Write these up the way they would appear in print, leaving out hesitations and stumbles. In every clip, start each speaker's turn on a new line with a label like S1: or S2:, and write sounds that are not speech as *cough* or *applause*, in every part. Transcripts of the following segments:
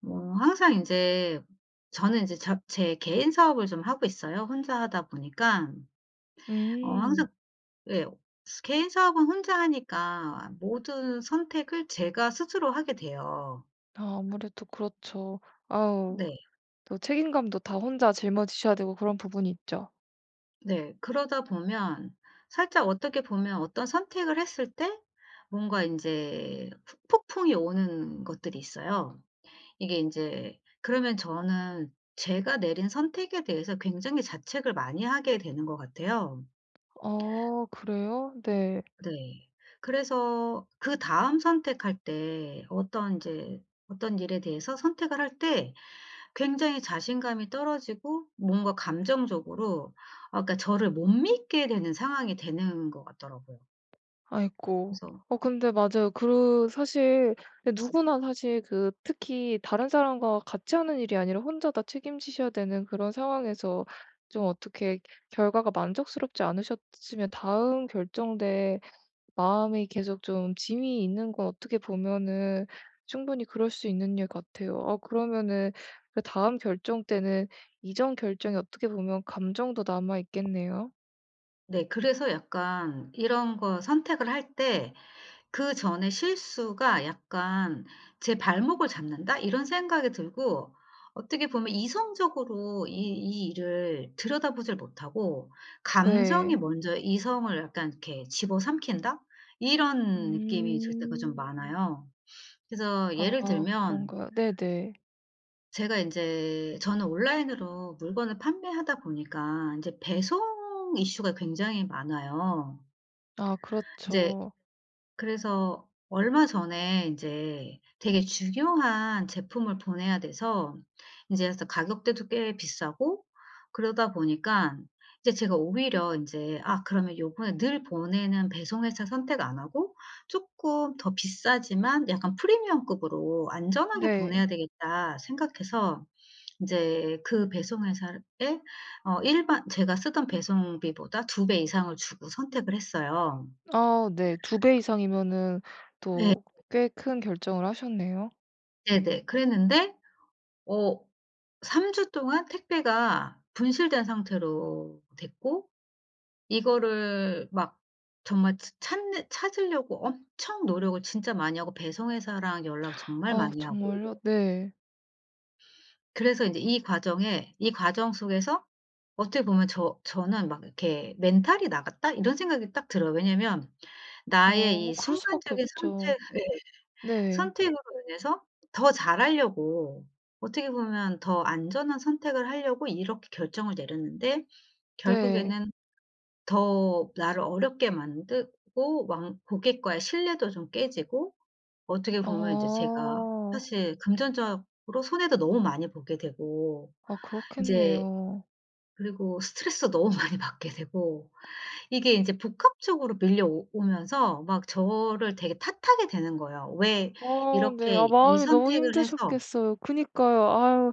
S1: 뭐 항상 인제 저는 인제 제 개인 사업을 좀 하고 있어요, 혼자 하다 보니까. 항상.
S2: 음.
S1: 예. 개인 사업은 혼자 하니까 모든 선택을 제가 스스로 하게 돼요.
S2: 아 아무래도 그렇죠. 아우
S1: 네.
S2: 또 책임감도 다 혼자 짊어지셔야 되고 그런 부분이 있죠.
S1: 네. 그러다 보면 살짝, 어떻게 보면 어떤 선택을 했을 때 뭔가 인제 폭 폭풍이 오는 것들이 있어요. 이게 인제 그러면 저는 제가 내린 선택에 대해서 굉장히 자책을 많이 하게 되는 것 같아요.
S2: 아 그래요? 네.
S1: 네. 그래서 그다음 선택할 때 어떤 일에 대해서 선택을 할 때 굉장히 자신감이 떨어지고, 뭔가 감정적으로, 아, 그러니까 저를 못 믿게 되는 상황이 되는 것 같더라고요.
S2: 아이고.
S1: 그래서.
S2: 근데 맞아요. 그 사실 근데 누구나 사실 특히 다른 사람과 같이 하는 일이 아니라 혼자 다 책임지셔야 되는 그런 상황에서 좀 어떻게 결과가 만족스럽지 않으셨으면 다음 결정 때 마음이 계속 좀 짐이 있는 건 어떻게 보면은 충분히 그럴 수 있는 일 같아요. 아 그러면은 그다음 결정 때는 이전 결정이 어떻게 보면 감정도 남아 있겠네요.
S1: 네, 그래서 약간 이런 거 선택을 할때 그전에 실수가 약간 '제 발목을 잡는다.' 이런 생각이 들고, 어떻게 보면 이성적으로 이 일을 들여다보질 못하고 감정이
S2: 네.
S1: 먼저 이성을 약간 이렇게 집어삼킨다? 이런 느낌이 들 때가 좀
S2: 음.
S1: 많아요. 그래서 예를
S2: 아
S1: 들면,
S2: 그런가요? 네네.
S1: 제가 인제 저는 온라인으로 물건을 판매하다 보니까 인제 배송 이슈가 굉장히 많아요.
S2: 아
S1: 인제.
S2: 그렇죠.
S1: 그래서 얼마 전에 이제 되게 중요한 제품을 보내야 돼서, 인제 그래서 가격대도 꽤 비싸고, 그러다 보니까 이제 제가 오히려 인제 '아, 그러면 요번에 늘 보내는 배송 회사 선택 안 하고 쪼끔 더 비싸지만 약간 프리미엄급으로 안전하게 보내야
S2: 네.
S1: 되겠다.' 생각해서 인제 그 배송 회사에 일반 제가 쓰던 배송비보다 두 배 이상을 주고 선택을 했어요.
S2: 아 네. 두 배 이상이면은
S1: 예.
S2: 또 꽤 큰 결정을 하셨네요.
S1: 네네. 그랬는데 어 3주 주 동안 택배가 분실된 상태로 됐고, 이거를 막 정말 찾 찾는 찾으려고 엄청 노력을 진짜 많이 하고 배송 회사랑 연락 정말
S2: 아
S1: 많이 하고,
S2: 정말요? 네.
S1: 그래서 인제 이 과정 속에서 어떻게 보면 저는 막 이렇게 '멘탈이 나갔다.' 이런 생각이 딱 들어요. 왜냐면 나의 이
S2: 그럴 수밖에
S1: 순간적인
S2: 없죠. 네.
S1: 선택으로 인해서 더 잘하려고, 어떻게 보면 더 안전한 선택을 하려고 이렇게 결정을 내렸는데,
S2: 네.
S1: 결국에는 더 나를 어렵게 만들고, 왕 고객과의 신뢰도 좀 깨지고, 어떻게 보면 이제 제가
S2: 아.
S1: 사실 금전적으로 손해도 너무 많이 보게 되고
S2: 아
S1: 인제,
S2: 그렇겠네요.
S1: 그리고 스트레스 너무 *laughs* 많이 받게 되고, 이게 인제 복합적으로 밀려오 오면서 막 저를 되게 탓하게 되는 거예요. '왜
S2: 아 네.
S1: 이렇게
S2: 아
S1: 이
S2: 마음이 너무
S1: 선택을 해서.
S2: 힘드셨겠어요. 그니까요. 아유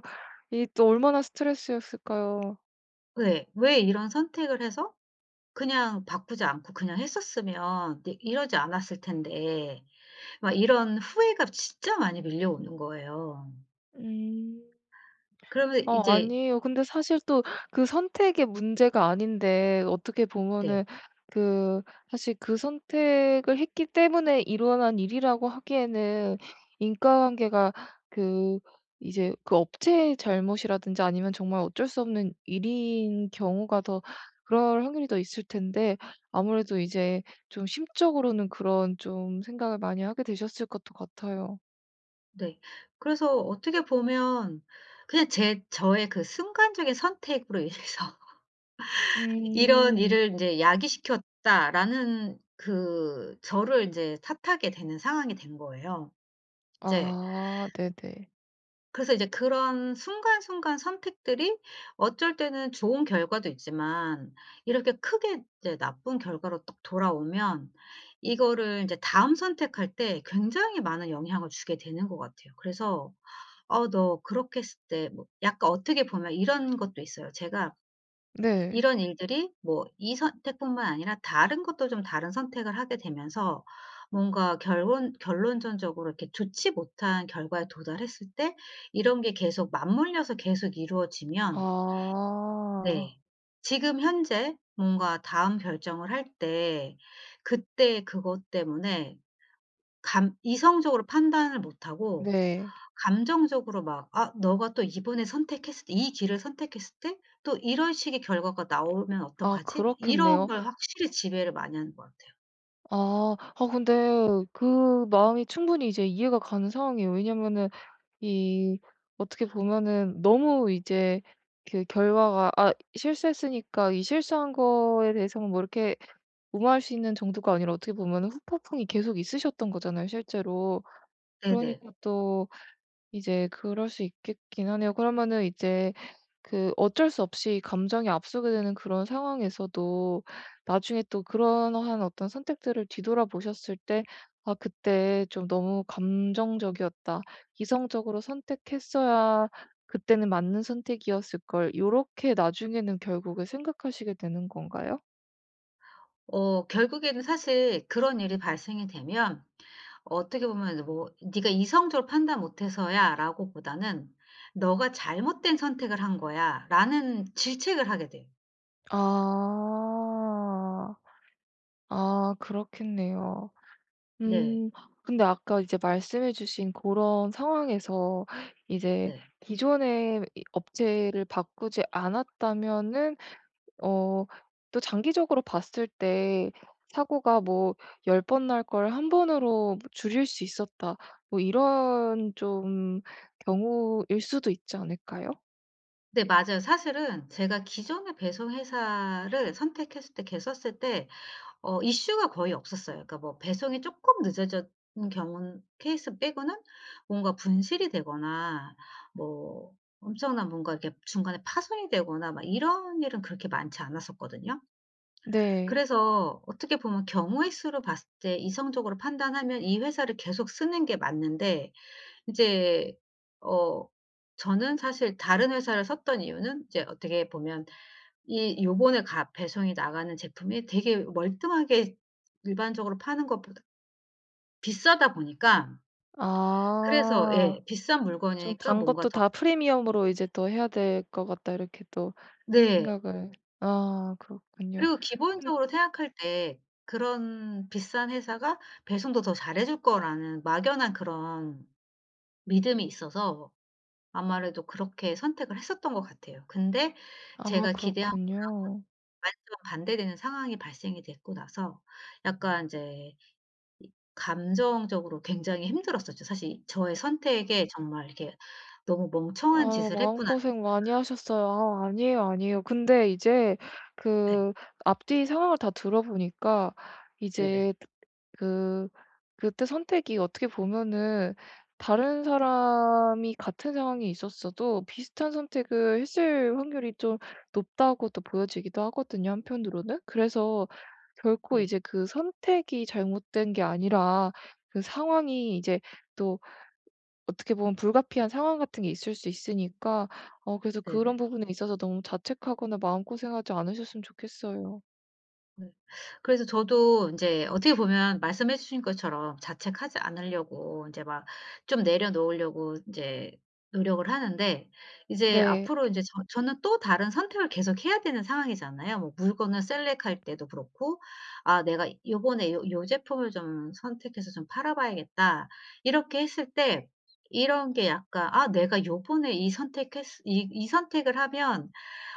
S2: 이 또 얼마나 스트레스였을까요.
S1: 네. 왜 이런 선택을 해서 그냥 바꾸지 않고 그냥 했었으면. 네, 이러지 않았을 텐데.' 막 이런 후회가 진짜 많이 밀려오는 거예요.
S2: 음.
S1: 그러면 이제.
S2: 아니에요. 근데 사실 또 그 선택의 문제가 아닌데 어떻게
S1: 네.
S2: 보면은 그 사실 그 선택을 했기 때문에 일어난 일이라고 하기에는 인과관계가 그 이제 그 업체의 잘못이라든지 아니면 정말 어쩔 수 없는 일인 경우가 더 그럴 확률이 더 있을 텐데 아무래도 이제 좀 심적으로는 그런 좀 생각을 많이 하게 되셨을 것도 같아요.
S1: 네. 그래서 어떻게 보면 그냥 제 저의 그 순간적인 선택으로 인해서 *laughs* '이런
S2: 음.
S1: 일을 인제 야기시켰다.'라는, 그 저를 인제 탓하게 되는 상황이 된 거예요. 이제.
S2: 아 네네.
S1: 그래서 이제 그런 순간순간 선택들이 어쩔 때는 좋은 결과도 있지만 이렇게 크게 이제 나쁜 결과로 딱 돌아오면 이거를 이제 다음 선택할 때 굉장히 많은 영향을 주게 되는 것 같아요. 그래서 "어 너 그렇게 했을 때" 뭐 약간 어떻게 보면 이런 것도 있어요. 제가
S2: 네.
S1: 이런 일들이 뭐 이 선택뿐만 아니라 다른 것도 좀 다른 선택을 하게 되면서 뭔가 결론전적으로 이렇게 좋지 못한 결과에 도달했을 때, 이런 게 계속 맞물려서 계속 이루어지면.
S2: 아.
S1: 네. 지금 현재 뭔가 다음 결정을 할 때 그때 그것 때문에 감 이성적으로 판단을 못하고,
S2: 네.
S1: 감정적으로 막 '아 너가 또 이번에 선택했을 때 이 길을 선택했을 때 또 이런 식의 결과가 나오면
S2: 아
S1: 어떡하지?' 이런
S2: 그렇겠네요.
S1: 걸 확실히 지배를 많이 하는 것 같아요.
S2: 아. 아 근데 그 마음이 충분히 이제 이해가 가는 상황이에요. 왜냐면은 이 어떻게 보면은 너무 이제 그 결과가 아 실수했으니까 이 실수한 거에 대해서는 뭐 이렇게 무마할 수 있는 정도가 아니라 어떻게 보면은 후폭풍이 계속 있으셨던 거잖아요 실제로.
S1: 네네.
S2: 그러니까 또 이제 그럴 수 있겠긴 하네요. 그러면은 이제 어쩔 수 없이 감정이 앞서게 되는 그런 상황에서도 나중에 또 그러한 어떤 선택들을 뒤돌아보셨을 때 '아 그때 좀 너무 감정적이었다. 이성적으로 선택했어야 그때는 맞는 선택이었을걸.' 요렇게 나중에는 결국에 생각하시게 되는 건가요?
S1: 어, 결국에는 사실 그런 일이 발생이 되면 어떻게 보면 이제 뭐 '네가 이성적으로 판단 못 해서야.'라고 보다는 '너가 잘못된 선택을 한 거야.'라는 질책을 하게 돼요.
S2: 아. 아 그렇겠네요.
S1: 네.
S2: 음. 근데 아까 이제 말씀해 주신 그런 상황에서 이제
S1: 네.
S2: 기존의 이 업체를 바꾸지 않았다면은 어 또 장기적으로 봤을 때 '사고가 뭐 10번 날 걸 한 번으로 줄일 수 있었다.' 뭐 이런 좀 경우일 수도 있지 않을까요?
S1: 네, 맞아요. 사실은 제가 기존의 배송 회사를 선택했을 때 걔 썼을 때 이슈가 거의 없었어요. 그러니까 뭐 배송이 조금 늦어졌 는 경우 케이스 빼고는 뭔가 분실이 되거나, 뭐 엄청난 뭔가 이렇게 중간에 파손이 되거나, 막 이런 일은 그렇게 많지 않았었거든요.
S2: 네.
S1: 그래서 어떻게 보면 경우의 수로 봤을 때 이성적으로 판단하면 이 회사를 계속 쓰는 게 맞는데 이제, 어 저는 사실 다른 회사를 썼던 이유는 이제 어떻게 보면, 이 요번에 가 배송이 나가는 제품이 되게 멀뚱하게 일반적으로 파는 것보다 비싸다 보니까, 그래서.
S2: 아.
S1: 예, 비싼
S2: 좀
S1: 물건이니까
S2: 단
S1: 뭔가
S2: 것도
S1: 더.
S2: 다 프리미엄으로 이제 또 해야 될 것 같다 이렇게 또
S1: 네.
S2: 생각을 아 그렇군요.
S1: 그리고 기본적으로 생각할 때 그런 비싼 회사가 '배송도 더 잘해 줄 거'라는 막연한 그런 믿음이 있어서 아무래도 그렇게 선택을 했었던 것 같아요. 근데
S2: 아
S1: 제가 기대한
S2: 그렇군요.
S1: 완전 반대되는 상황이 발생이 됐고 나서 약간 이제 감정적으로 굉장히 힘들었었죠. 사실 저의 선택에 정말 이렇게 '너무 멍청한
S2: 아
S1: 짓을 했구나.'
S2: 마음고생 많이 하셨어요. 아 아니에요, 아니에요. 근데 이제
S1: 네.
S2: 그 앞뒤 상황을 다 들어보니까
S1: 네네.
S2: 이제 그 그때 선택이 어떻게 보면은 다른 사람이 같은 상황이 있었어도 비슷한 선택을 했을 확률이 좀 높다고 또 보여지기도 하거든요, 한편으로는. 그래서 결코
S1: 네.
S2: 이제 그 선택이 잘못된 게 아니라 그 상황이 이제 또 어떻게 보면 불가피한 상황 같은 게 있을 수 있으니까 어 그래서 그런
S1: 네네.
S2: 부분에 있어서 너무 자책하거나 마음고생하지 않으셨으면 좋겠어요.
S1: 네. 그래서 저도 인제 어떻게 보면 말씀해 주신 것처럼 자책하지 않으려고 인제 막 좀 내려놓으려고 인제 노력을 하는데, 이제
S2: 네.
S1: 앞으로 인제 저는 또 다른 선택을 계속 해야 되는 상황이잖아요. 뭐 물건을 셀렉할 때도 그렇고 '아 내가 요번에 요 제품을 좀 선택해서 좀 팔아 봐야겠다.' 이렇게 했을 때, 이런 게 약간 '아 내가 요번에 이 선택했으 이 이 선택을 하면,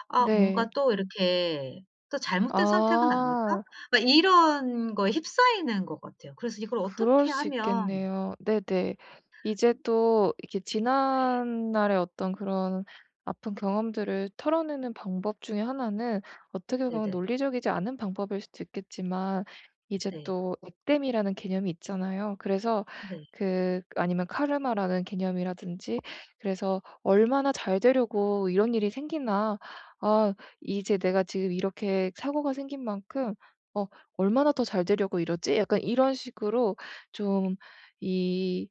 S1: 아 뭔가
S2: 네.
S1: 또 이렇게 또 잘못된 선택은 아닐까?'
S2: 아.
S1: 막 이런 거에 휩싸이는 것 같아요. 그래서 이걸
S2: 그럴
S1: 어떻게
S2: 수
S1: 하면.
S2: 있겠네요. 네네. 이제 또 이렇게 지난날의 어떤 그런 아픈 경험들을 털어내는 방법 중에 하나는 어떻게 보면
S1: 네네.
S2: 논리적이지 않은 방법일 수도 있겠지만 이제
S1: 네.
S2: 또 액땜이라는 개념이 있잖아요. 그래서
S1: 네.
S2: 아니면 카르마라는 개념이라든지 그래서 '얼마나 잘 되려고 이런 일이 생기나. 아 이제 내가 지금 이렇게 사고가 생긴 만큼 어 얼마나 더 잘 되려고 이러지?' 약간 이런 식으로 좀 이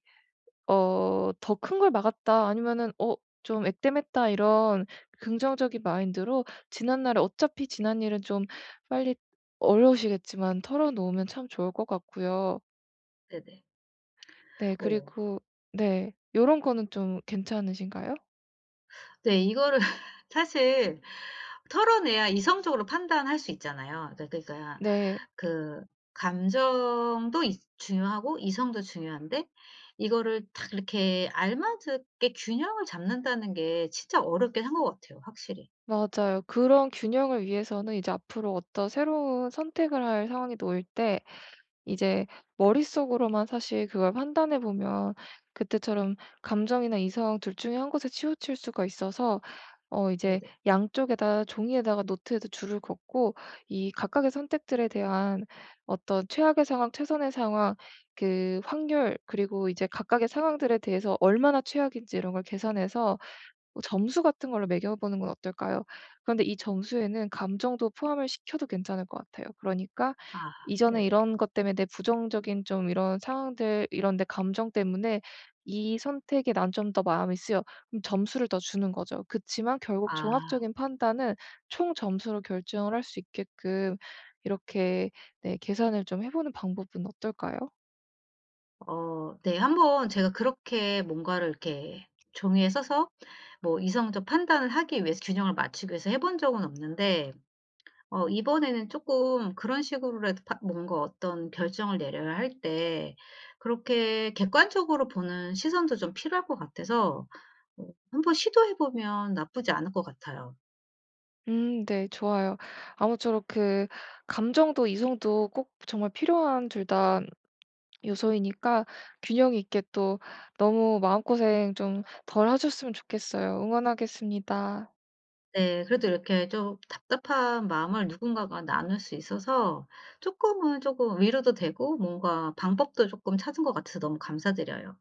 S2: 어 '더 큰 걸 막았다.' 아니면은 '어 좀 액땜했다.' 이런 긍정적인 마인드로 지난 날에 어차피 지난 일은 좀 빨리 어려우시겠지만 털어 놓으면 참 좋을 것 같고요.
S1: 네네.
S2: 네
S1: 어.
S2: 그리고 네 요런 거는 좀 괜찮으신가요?
S1: 네, 이거를 *laughs* 사실 털어내야 이성적으로 판단할 수 있잖아요. 그러니까
S2: 네.
S1: 그 감정도 있 중요하고 이성도 중요한데, 이거를 딱 이렇게 알맞게 균형을 잡는다는 게 진짜 어렵긴 한 것 같아요 확실히.
S2: 맞아요. 그런 균형을 위해서는 이제 앞으로 어떤 새로운 선택을 할 상황이 놓일 때 이제 머릿속으로만 사실 그걸 판단해 보면 그때처럼 감정이나 이성 둘 중에 한 곳에 치우칠 수가 있어서 어 이제
S1: 네네.
S2: 양쪽에다 종이에다가 노트에도 줄을 긋고 이 각각의 선택들에 대한 어떤 최악의 상황, 최선의 상황, 그 확률 그리고 이제 각각의 상황들에 대해서 얼마나 최악인지 이런 걸 계산해서 뭐 점수 같은 걸로 매겨 보는 건 어떨까요? 그런데 이 점수에는 감정도 포함을 시켜도 괜찮을 것 같아요. 그러니까
S1: 아,
S2: 이전에
S1: 네네.
S2: 이런 것 때문에 내 부정적인 좀 이런 상황들 이런 내 감정 때문에 이 선택에 난 좀 더 마음이 쓰여. 그럼 점수를 더 주는 거죠. 그치만 결국
S1: 아.
S2: 종합적인 판단은 총 점수로 결정을 할 수 있게끔 이렇게 네 계산을 좀 해 보는 방법은 어떨까요?
S1: 어. 네. 한번 제가 그렇게 뭔가를 이렇게 종이에 써서 뭐 이성적 판단을 하기 위해서, 균형을 맞추기 위해서 해본 적은 없는데, 이번에는 조금 그런 식으로라도 파 뭔가 어떤 결정을 내려야 할 때 그렇게 객관적으로 보는 시선도 좀 필요할 것 같아서 어 한번 시도해 보면 나쁘지 않을 것 같아요.
S2: 네 좋아요. 아무쪼록 감정도 이성도 꼭 정말 필요한 둘 다 요소이니까 균형 있게 또 너무 마음고생 좀 덜 하셨으면 좋겠어요. 응원하겠습니다.
S1: 네. 그래도 이렇게 좀 답답한 마음을 누군가가 나눌 수 있어서 쪼끔은 쪼금 위로도 되고 뭔가 방법도 쪼끔 찾은 것 같아서 너무 감사드려요.